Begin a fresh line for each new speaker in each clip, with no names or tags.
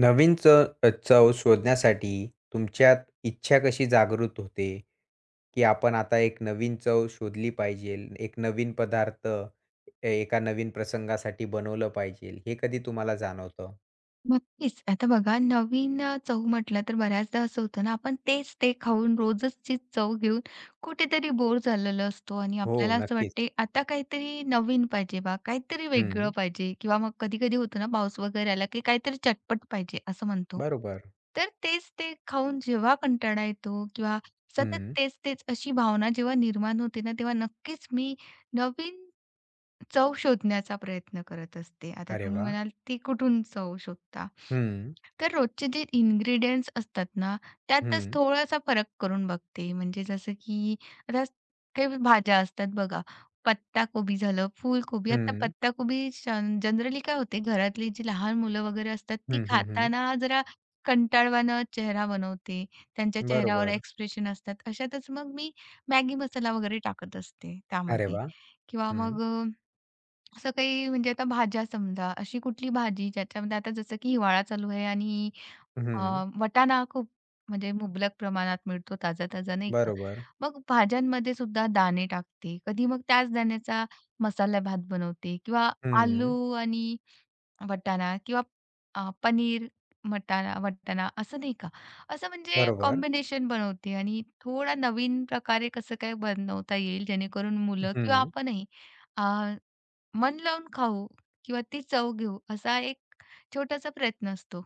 नवीन चव चव शोधण्यासाठी तुमच्यात इच्छा कशी जागृत होते, की आपण आता एक नवीन चव शोधली पाहिजेल, एक नवीन पदार्थ एका नवीन प्रसंगासाठी बनवलं पाहिजेल, हे कधी तुम्हाला जाणवतं?
नक्कीच. आता बघा नवीन चव म्हटलं तर बऱ्याचदा असं होतं ना, आपण तेच ते खाऊन रोजच तीच चव घेऊन कुठेतरी बोर झालेलो असतो आणि
हो,
आपल्याला असं
नक्कीच.
वाटते आता काहीतरी नवीन पाहिजे बा, काहीतरी वेगळं
हं,
पाहिजे किंवा मग कधी-कधी होतं ना पाऊस वगैरे आला, की काहीतरी चटपट पाहिजे असं म्हणतो.
बरोबर.
तर तेच ते खाऊन जेव्हा कंटाळा येतो किंवा सतत
हं.
तेच-तेच अशी भावना जेव्हा निर्माण होते ना, तेव्हा नक्कीच मी नवीन चव शोधण्याचा प्रयत्न करत असते. आता
अरे
तुम्ही
वाह!
म्हणाल, ती कुठून चव शोधता?
हं,
तर रोजचे जे इन्ग्रीडियंट्स असतात ना, त्यातच
हं,
थोडासा फरक करून बघते. म्हणजे जसं की आता काही भाज्या असतात बघा, पत्ताकोबी झालं, फुलकोबी. आता
हं.
पत्ताकोबी शन जनरली काय होते, घरातली जी लहान मुलं वगैरे असतात, ती
हं, हं, हं.
खाताना जरा कंटाळवाणं चेहरा बनवते. त्यांच्या चेहऱ्यावर
बरोबर.
एक्सप्रेशन असतात. अशातच मग मी मॅगी मसाला वगैरे टाकत असते
अरे
त्यामध्ये
वाह!
किंवा
हं,
मग असं काही म्हणजे आता भाज्या समजा, अशी कुठली भाजी ज्याच्यामध्ये आता जसं की हिवाळा चालू आहे आणि अ,
हं.
वाटाणा खूप म्हणजे मुबलक प्रमाणात मिळतो ताजा-ताजा नाही का?
बरोबर.
मग भाज्यांमध्ये सुद्धा दाणे टाकते. कधी मग त्याच दाण्याचा मसाला भात बनवते किंवा
हं,
आलू आणि वाटाणा किंवा पनीर, मटाणा, वाटाणा असं नाही का? असं म्हणजे
बरोबर.
कॉम्बिनेशन बनवते आणि थोडा नवीन प्रकारे कसं काय बनवता येईल जेणेकरून मुलं किंवा
हं.
आपणही अ मन लावून खाऊ किंवा ती चव घेऊ असा एक छोटासा प्रयत्न असतो.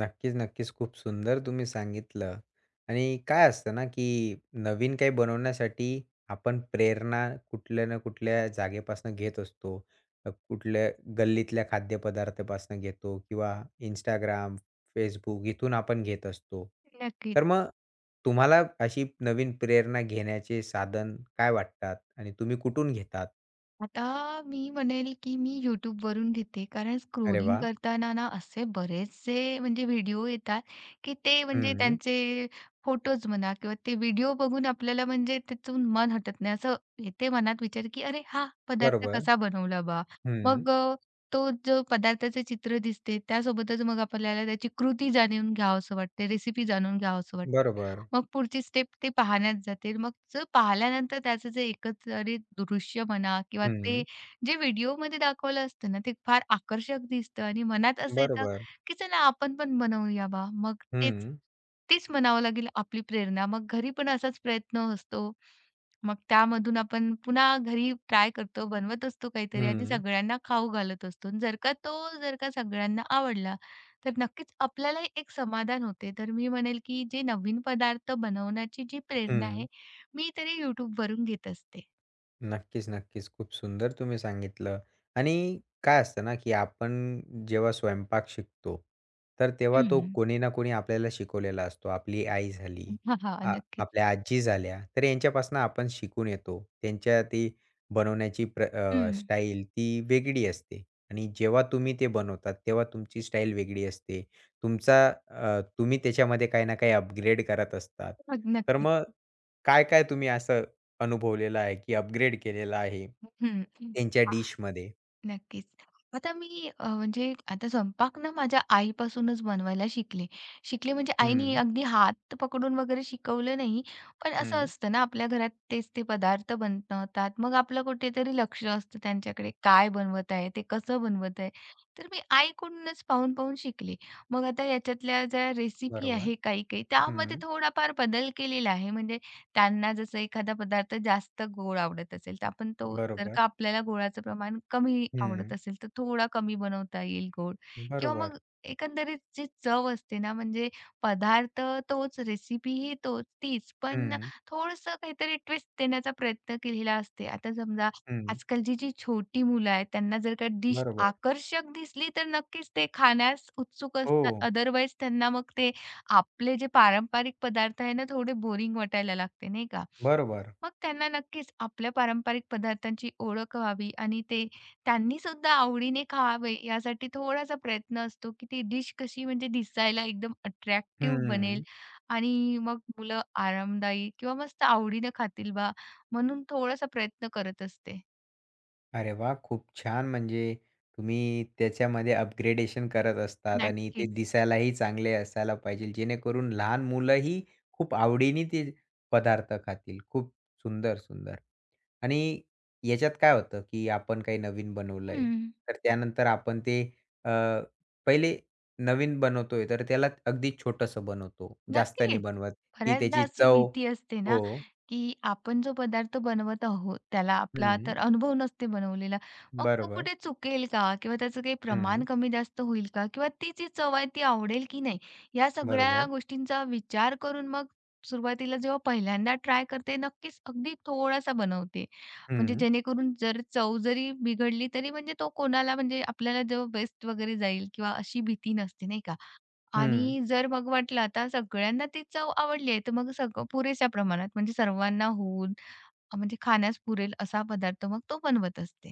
नक्कीच, नक्कीच. खूप सुंदर तुम्ही सांगितलं आणि काय असतं ना, की नवीन काही बनवण्यासाठी आपण प्रेरणा कुठल्या ना कुठल्या जागेपासून घेत असतो. कुठल्या गल्लीतल्या खाद्यपदार्थापासून घेतो किंवा Instagram, Facebook इथून आपण घेत असतो.
नक्कीच.
तर मग तुम्हाला अशी नवीन प्रेरणा घेण्याचे साधन काय वाटतात आणि तुम्ही कुठून घेतात?
आता मी म्हणेल, की मी YouTubeवरून घेते कारण
अरे
स्क्रोलिंग
वाह!
करताना ना असे बरेचसे म्हणजे व्हिडिओ येतात, की ते म्हणजे
हं.
त्यांचे फोटोज म्हणा किंवा ते व्हिडिओ बघून आपल्याला म्हणजे त्यातून मन हटत नाही. असं येते मनात विचार, की "अरे हा पदार्थ
बरोबर.
कसा बनवला बा?"
हं.
मग तो जो पदार्थाचे चित्र दिसते त्यासोबतच मग आपल्याला त्याची कृती जाणून घ्यावंसं वाटते, रेसिपी जाणून घ्यावंसं वाटते.
बरोबर.
मग पुढची स्टेप ते पाहण्यात जाते. मग जर पाहिल्यानंतर त्याचं जे एकंदरीत दृश्य म्हणा किंवा
हं.
ते जे व्हिडिओमध्ये दाखवलं असतं ना, ते फार आकर्षक दिसतं आणि मनात असं येतं,
बरोबर.
की चला आपण पण बनवूया बा. मग तेच
हं.
तेच म्हणावं लागेल आपली प्रेरणा. मग घरी पण असाच प्रयत्न असतो. मग त्यामधून आपण पुन्हा घरी ट्राय करतो, बनवत असतो काहीतरी आणि
हं,
सगळ्यांना खाऊ घालत असतो. जर का सगळ्यांना आवडला तर नक्कीच आपल्याला एक समाधान होते. तर मी म्हणेल, की जे नवीन पदार्थ बनवण्याची जी प्रेरणा
हं.
आहे, मी तरी YouTubeवरून घेत असते.
नक्कीच, नक्कीच. खूप सुंदर तुम्ही सांगितलं आणि काय असतं ना, की आपण जेव्हा स्वयंपाक शिकतो, तर तेव्हा तो
हं.
कोणी ना कोणी आपल्याला शिकवलेला असतो. आपली आई झाली,
हां, हां. नक्कीच.
आपल्या आजी झाल्या, तर यांच्यापासून आपण शिकून येतो. त्यांच्या ती बनवण्याची प्र
हं.
स्टाईल ती वेगळी असते आणि जेव्हा तुम्ही ते बनवतात, तेव्हा तुमची स्टाईल वेगळी असते. तुम्ही त्याच्यामध्ये काही ना काही अपग्रेड करत असतात.
मग
तर
नक्कीच.
मग काय-काय तुम्ही असं अनुभवलेला आहे, की अपग्रेड केलेला आहे.
हं.
त्यांच्या डिशमध्ये.
नक्कीच. आता मी म्हणजे आता स्वयंपाक ना माझ्या आईपासूनच बनवायला शिकले. शिकले म्हणजे आईने
हं,
अगदी हात पकडून वगैरे शिकवलं नाही. पण असं
हं.
असतं ना आपल्या घरात तेच ते पदार्थ बनतात. मग आपलं कुठेतरी लक्ष असतं त्यांच्याकडे काय बनवत आहे, ते कसं बनवत आहे. तर मी आईकडूनच पाहून-पाहून शिकले. मग आता याच्यातल्या ज्या रेसिपी
बरोबर.
आहे काही-काही त्यामध्ये
हं.
थोडाफार बदल केलेला आहे. म्हणजे त्यांना जसं एखादा पदार्थ जास्त गोड आवडत असेल, तर आपण तो जर
बरोबर.
का आपल्याला गोडाचं प्रमाण कमी आवडत
हं.
असेल, तर थोडा कमी बनवता येईल गोड किंवा
बरोबर.
मग एकंदरीत जी चव असते ना, म्हणजे पदार्थ तोच, रेसिपीही तोच तीच, पण
हं,
थोडंसं काहीतरी ट्विस्ट देण्याचा प्रयत्न केलेला असते. आता समजा
हं.
आजकालची जी छोटी मुलं आहेत, त्यांना जर का डिश
बरोबर.
आकर्षक दिसली, तर नक्कीच ते खाण्यास उत्सुक
हो.
असतात. अदरवाईज त्यांना मग ते आपले जे पारंपरिक पदार्थ आहे ना, थोडे बोरिंग वाटायला लागते, नाही का?
बरोबर.
मग त्यांना नक्कीच आपल्या पारंपरिक पदार्थांची ओळख व्हावी आणि ते त्यांनी सुद्धा आवडीने खावे, यासाठी थोडासा प्रयत्न असतो, की ती डिश कशी म्हणजे दिसायला एकदम अट्रॅक्टिव्ह बनेल
हं.
आणि मग मुलं आरामदायी किंवा मस्त आवडीनं खातील बा, म्हणून थोडासा प्रयत्न करत असते.
अरे वाह! खूप छान. म्हणजे तुम्ही त्याच्यामध्ये अपग्रेडेशन करत असतात आणि ते
नक्कीच.
दिसायलाही चांगले असायला पाहिजे, जेणेकरून लहान मुलंही खूप आवडीने ते पदार्थ खातील. खूप सुंदर, सुंदर. आणि याच्यात काय होतं, की आपण काही नवीन बनवलंय,
हं.
तर त्यानंतर आपण ते अ, पहिले नवीन बनवतोय, तर त्याला अगदी छोटंसं बनवतो. जास्त नाही
नक्कीच.
बनवत, की
बऱ्याचदा
त्याची
अशी
चव
भीती असते ना,
हो.
की आपण जो पदार्थ बनवत आहोत, त्याला आपला
हं.
तर अनुभव नसते बनवलेला. मग तो
बरोबर.
कुठे चुकेल का? किंवा त्याचं काही
हं.
प्रमाण कमी-जास्त होईल का? किंवा ती जी चव आहे ती आवडेल की नाही? या सगळ्या
बरोबर.
गोष्टींचा विचार करून मग सुरुवातीला जेव्हा पहिल्यांदा ट्राय करते, नक्कीच अगदी थोडासा बनवते. म्हणजे
हं.
जेणेकरून जर चव जरी बिघडली, तरी म्हणजे तो कोणाला म्हणजे आपल्याला जेव्हा वेस्ट वगैरे जाईल किंवा अशी भीती नसते, नाही का?
हं.
आणि जर मग वाटलं आता सगळ्यांना ती चव आवडली आहे, तर मग पुरेशा प्रमाणात म्हणजे सर्वांना होऊन म्हणजे खाण्यास पुरेल असा पदार्थ मग तो बनवत असते.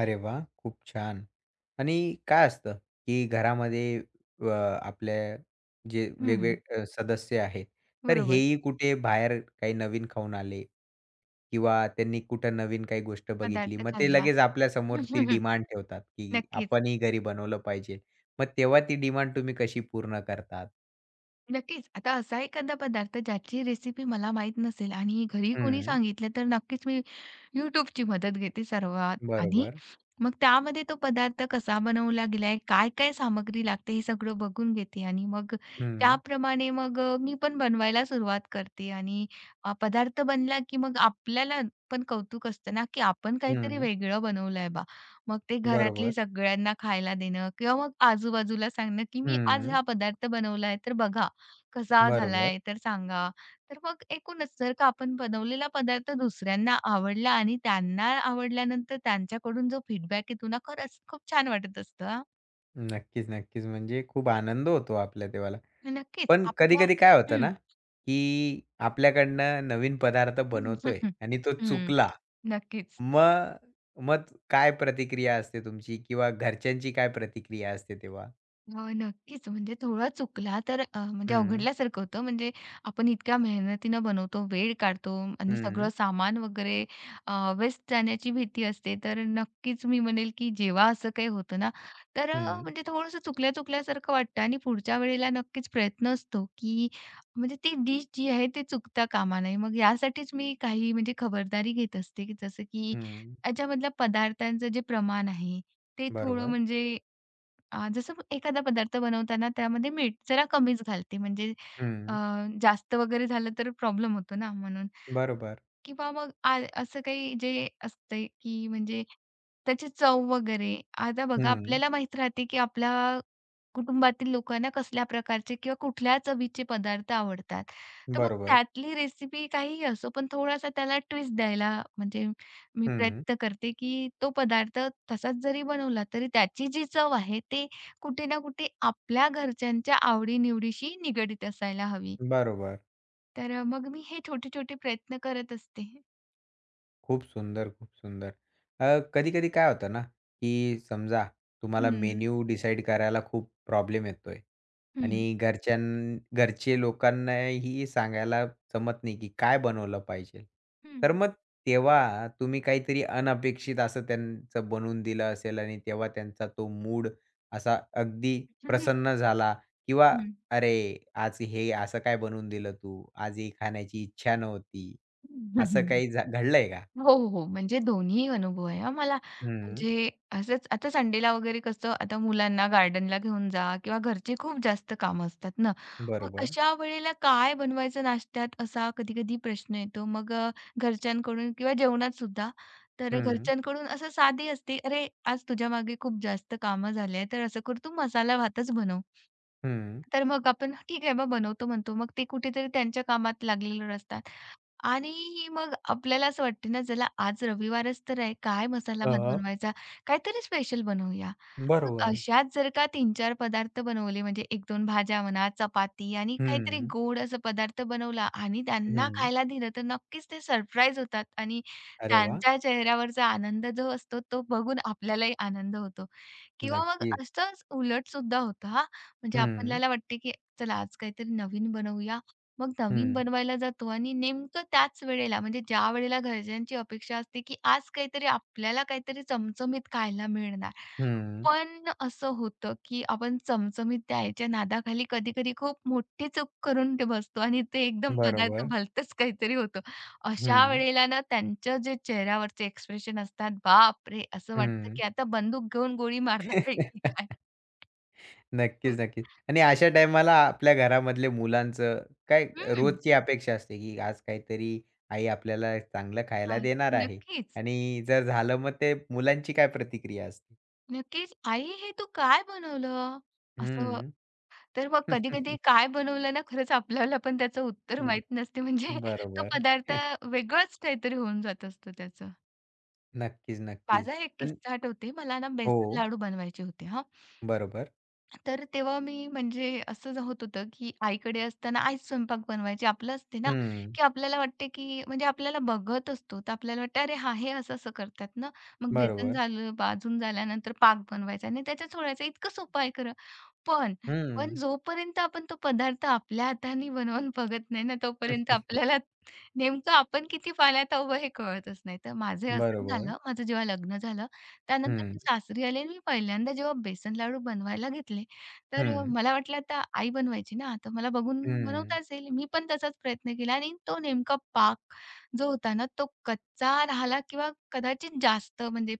अरे वा, खूप छान. आणि काय असतं, की अ, आपल्या जे
हं.
वेगवेगळे सदस्य आहेत, तर
बरोबर.
हेही कुठे बाहेर काही नवीन खाऊन आले किंवा त्यांनी कुठं नवीन काही गोष्ट बघितली.
पदार्थ
मग ते
खाल्ला.
लगेच आपल्यासमोर ती डिमांड ठेवतात, की
नक्कीच,
आपणही घरी बनवलं पाहिजे. मग तेव्हा ती डिमांड तुम्ही कशी पूर्ण करतात?
नक्कीच. आता असा एखादा पदार्थ ज्याची रेसिपी मला माहीत नसेल आणि घरी कोणी
हं.
सांगितलं तर नक्कीच मी YouTubeची मदत घेते सर्वात आधी.
बरोबर.
मग त्यामध्ये तो पदार्थ कसा बनवला गेलाय, काय-काय सामग्री लागते हे सगळं बघून घेते आणि मग
हं.
त्याप्रमाणे मग मी पण बनवायला सुरुवात करते आणि पदार्थ बनला की मग आपल्याला पण कौतुक असतं ना, की आपण काहीतरी
हं.
वेगळं बनवलंय बा. मग ते घरातली
बरोबर.
सगळ्यांना खायला देणं किंवा मग आजूबाजूला सांगणं, की "मी आज
हं.
हा पदार्थ बनवलाय, तर बघा कसा
बरोबर.
झालाय तर सांगा." तर मग एकूणच जर का आपण बनवलेला पदार्थ दुसऱ्यांना आवडला आणि त्यांना आवडल्यानंतर त्यांच्याकडून जो फीडबॅक येतो ना, खरंच खूप छान वाटत असतं हां.
नक्कीच, नक्कीच. म्हणजे खूप आनंद होतो आपल्या तेव्हा.
नक्कीच
पण
आपला
कधी-कधी काय होतं
हं.
ना, की आपल्याकडनं नवीन पदार्थ बनवतोय आणि तो
हं.
चुकला.
नक्कीच.
मग मग काय प्रतिक्रिया असते तुमची किंवा घरच्यांची काय प्रतिक्रिया असते तेव्हा?
हो, नक्कीच. म्हणजे थोडा चुकला तर म्हणजे
हं,
अवघडल्यासारखं होतं. म्हणजे आपण इतक्या मेहनतीनं बनवतो, वेळ काढतो आणि
हं,
सगळं सामान वगैरे वेस्ट जाण्याची भीती असते. तर नक्कीच मी म्हणेल, की जेव्हा असं काही होतं ना, तर
हं,
म्हणजे थोडंसं चुकल्या-चुकल्यासारखं वाटतं आणि पुढच्या वेळेला नक्कीच प्रयत्न असतो, की म्हणजे ती डिश जी आहे ती चुकता कामा नये. मग यासाठीच मी काही म्हणजे खबरदारी घेत असते, की जसं की
हं.
याच्यामधल्या पदार्थांचं जे प्रमाण आहे, ते थोडं
बरोबर.
म्हणजे जसं एखादा पदार्थ बनवताना त्यामध्ये मीठ जरा कमीच घालते म्हणजे अ,
हं.
जास्त वगैरे झालं तर प्रॉब्लेम होतो ना म्हणून.
बरोबर.
किंवा मग असं काही जे असतंय की म्हणजे त्याची चव वगैरे. आता बघा
हं.
आपल्याला माहीत राहते की आपला कुटुंबातील लोकांना कसल्या प्रकारचे किंवा कुठल्या चवीचे पदार्थ आवडतात. तर मग
बरोबर.
त्यातली रेसिपी काहीही असो, पण थोडासा त्याला ट्विस्ट द्यायला म्हणजे मी
हं.
प्रयत्न करते, की तो पदार्थ तसाच जरी बनवला, तरी त्याची जी चव आहे, ते कुठे ना कुठे आपल्या घरच्यांच्या आवडी निगडीत असायला हवी.
बरोबर.
तर मग मी हे छोटे-छोटे प्रयत्न करत असते.
खूप सुंदर, खूप सुंदर. अ, कधी-कधी काय होतं ना, की समजा
हं,
तुम्हाला
हं, हं.
मेन्यू डिसाईड करायला खूप प्रॉब्लेम येतोय आणि घरचे लोकांनाही सांगायला जमत नाही, की काय बनवलं पाहिजे. तर
हं.
मग तेव्हा तुम्ही काहीतरी अनपेक्षित असं त्यांचं बनवून दिलं असेल आणि तेव्हा त्यांचा तो मूड असा अगदी
हं, हं,
प्रसन्न झाला किंवा "अरे, आज हे असं काय बनवून दिलं तू? आज ही खाण्याची इच्छा नव्हती." असं काही घडलंय का?
हो, हो, हो. म्हणजे दोन्ही अनुभव आहे हां मला.
हं.
म्हणजे असंच आता संडेला वगैरे कसं आता मुलांना गार्डनला घेऊन जा किंवा घरची खूप जास्त कामं असतात ना. मग
बरोबर.
अशा वेळेला काय बनवायचं नाश्त्यात असा कधी-कधी प्रश्न येतो. मग घरच्यांकडून किंवा जेवणात सुद्धा. तर
हं,
घरच्यांकडून असं साधी असते, "अरे, आज तुझ्या मागे खूप जास्त कामं झाले तर असं कर तू मसाला भातच बनव."
हं.
तर मग आपण ठीक आहे मग बनवतो म्हणतो. मग ते कुठेतरी त्यांच्या कामात लागलेलं असतात. आणि मग आपल्याला असं वाटते ना, "चला आज रविवारच तर आहे, काय मसाला भात
अ,
बनवायचा? काहीतरी स्पेशल बनवूया." मग
बरोबर.
अशाच जर का 3-4 पदार्थ बनवले म्हणजे 1-2 भाज्या म्हणा, चपाती आणि काहीतरी
हं,
गोड असा पदार्थ बनवला आणि त्यांना
हं.
खायला दिलं, तर नक्कीच ते सरप्राईज होतात आणि
अरे वाह!
त्यांच्या चेहऱ्यावरचा आनंद जो असतो, तो बघून आपल्यालाही आनंद होतो. किंवा मग
नक्कीच.
असंच उलट सुद्धा होतं हां. म्हणजे
हं,
आपल्याला वाटते, की चला आज काहीतरी नवीन बनवूया. मग नवीन
हं,
बनवायला जातो आणि नेमकं त्याच वेळेला म्हणजे ज्या वेळेला घरच्यांची अपेक्षा असते, की आज काहीतरी आपल्याला काहीतरी चमचमीत खायला मिळणार.
हं.
पण असं होतं, की आपण चमचमीत द्यायच्या नादाखाली कधी-कधी खूप मोठी चूक करून ते बसतो आणि ते एकदम पदार्थ
बरोबर.
भलतंच काहीतरी होतं. अशा
हं,
वेळेला ना त्यांच्या जे चेहऱ्यावरचे एक्सप्रेशन असतात, बापरे! असं वाटतं,
हं.
की आता बंदूक घेऊन गोळी मारणार आहे की काय? अ,
नक्कीच, नक्कीच. आणि अशा टाईमाला आपल्या घरामधले मुलांचं काय रोजची अपेक्षा असते, की आज काहीतरी आई आपल्याला चांगलं खायला
काय?
देणार आहे
नक्कीच,
आणि जर झालं मग ते मुलांची काय प्रतिक्रिया असते?
नक्कीच. "आई, हे तू काय बनवलं?" असं.
हं.
तर मग
हं.
कधी-कधी काय बनवलं ना, खरंच आपल्याला पण त्याचं उत्तर माहीत नसते. म्हणजे तो
बरोबर.
पदार्थ वेगळंच काहीतरी होऊन जात असतं त्याचं.
नक्कीच, नक्कीच.
माझा एक
पण
किस्सा आठवते. मला ना
हो.
बेसन लाडू बनवायचे होते हां.
बरोबर.
तर तेव्हा मी म्हणजे असं ज होत होतं, की आईकडे असताना आईच स्वयंपाक बनवायची. आपलं असते ना,
हं.
की आपल्याला वाटते, की म्हणजे आपल्याला बघत असतो. तर आपल्याला वाटतं, "अरे हां, हे असं-असं करतात ना." मग बेसन
बरोबर.
झालं, भाजून झाल्यानंतर पाक बनवायचा आणि त्याच्यात सोडायचा. इतकं सोपं आहे खरं. पण, पण
हं.
जोपर्यंत आपण तो पदार्थ आपल्या हाताने बनवून बघत नाही ना, तोपर्यंत
हं.
आपल्याला नेमकं आपण किती पाण्यात आहोत हे कळतच नाही. तर माझं हं.
बरोबर.
झालं, माझं जेव्हा लग्न झालं, त्यानंतर
हं.
मी सासरी आले आणि मी पहिल्यांदा जेव्हा बेसन लाडू बनवायला घेतले, तर
हं.
मला वाटलं आता आई बनवायची ना, तर मला बघून
हं.
बनवताच येईल. मी पण तसाच प्रयत्न केला आणि तो नेमका पाक जो होता ना, तो कच्चा राहिला किंवा कदाचित जास्त म्हणजे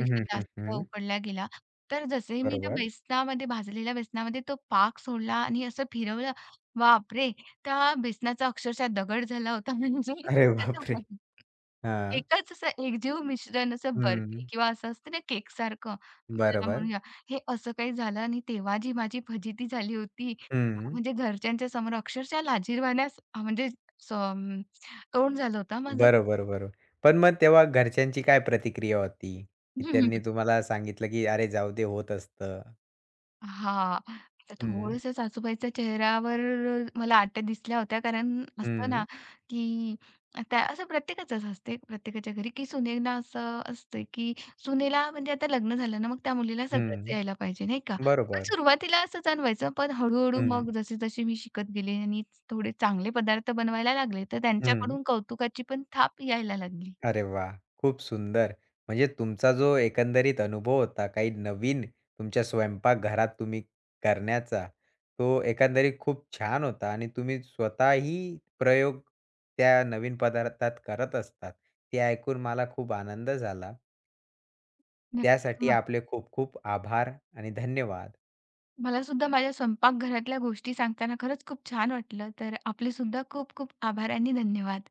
हं, हं,
जास्त
हं.
उकडला गेला. तर जसे मी त्या
बरोबर.
बेसनामध्ये भाजलेल्या बेसनामध्ये तो पाक सोडला आणि असं फिरवलं, बापरे! त्या बेसनाचा अक्षरशः दगड झाला होता म्हणजे
अरे
त्याचा
बापरे! हां.
एकच असं एकजीव मिश्रण असं बर्फी
हं.
किंवा असं असतं ना केकसारखं ज्याला
बरोबर.
म्हणूया, हे असं काही झालं आणि तेव्हा जी माझी फजिती झाली होती,
हं.
म्हणजे घरच्यांच्या समोर अक्षरशः लाजिरवाण्यास म्हणजे स अम, तोंड झालं होतं माझं.
बरोबर, बरोबर. पण मग तेव्हा घरच्यांची काय प्रतिक्रिया होती? की त्यांनी तुम्हाला सांगितलं, की "अरे जाऊ दे, होत असतं."
हां. तर
हं.
थोडंसं सासूबाईच्या चेहऱ्यावर मला आठ्या दिसल्या होत्या. कारण असतं ना,
हं.
की आता असं प्रत्येकाचंच असते, प्रत्येकाच्या घरी, की सुनेला असं असतं, की सुनेला म्हणजे आता लग्न झालं ना, मग त्या मुलीला सगळंच
हं.
यायला पाहिजे, नाही का? पण
बरोबर.
सुरुवातीला असं जाणवायचं, पण हळू-हळू
हं.
मग जशी-जशी मी शिकत गेले आणि थोडे चांगले पदार्थ बनवायला लागले, तर
हं.
त्यांच्याकडून कौतुकाची पण थाप यायला लागली.
अरे वा, खूप सुंदर. म्हणजे तुमचा जो एकंदरीत अनुभव होता, काही नवीन तुमच्या स्वयंपाकघरात तुम्ही करण्याचा, तो एकंदरीत खूप छान होता आणि तुम्ही स्वतःही प्रयोग त्या नवीन पदार्थात करत असतात. ते ऐकून मला खूप आनंद झाला.
नक्कीच
त्यासाठी आपले खूप खूप आभार आणि धन्यवाद.
मला सुद्धा माझ्या स्वयंपाकघरातल्या गोष्टी सांगताना खरंच खूप छान वाटलं. तर आपले सुद्धा खूप खूप आभार आणि धन्यवाद.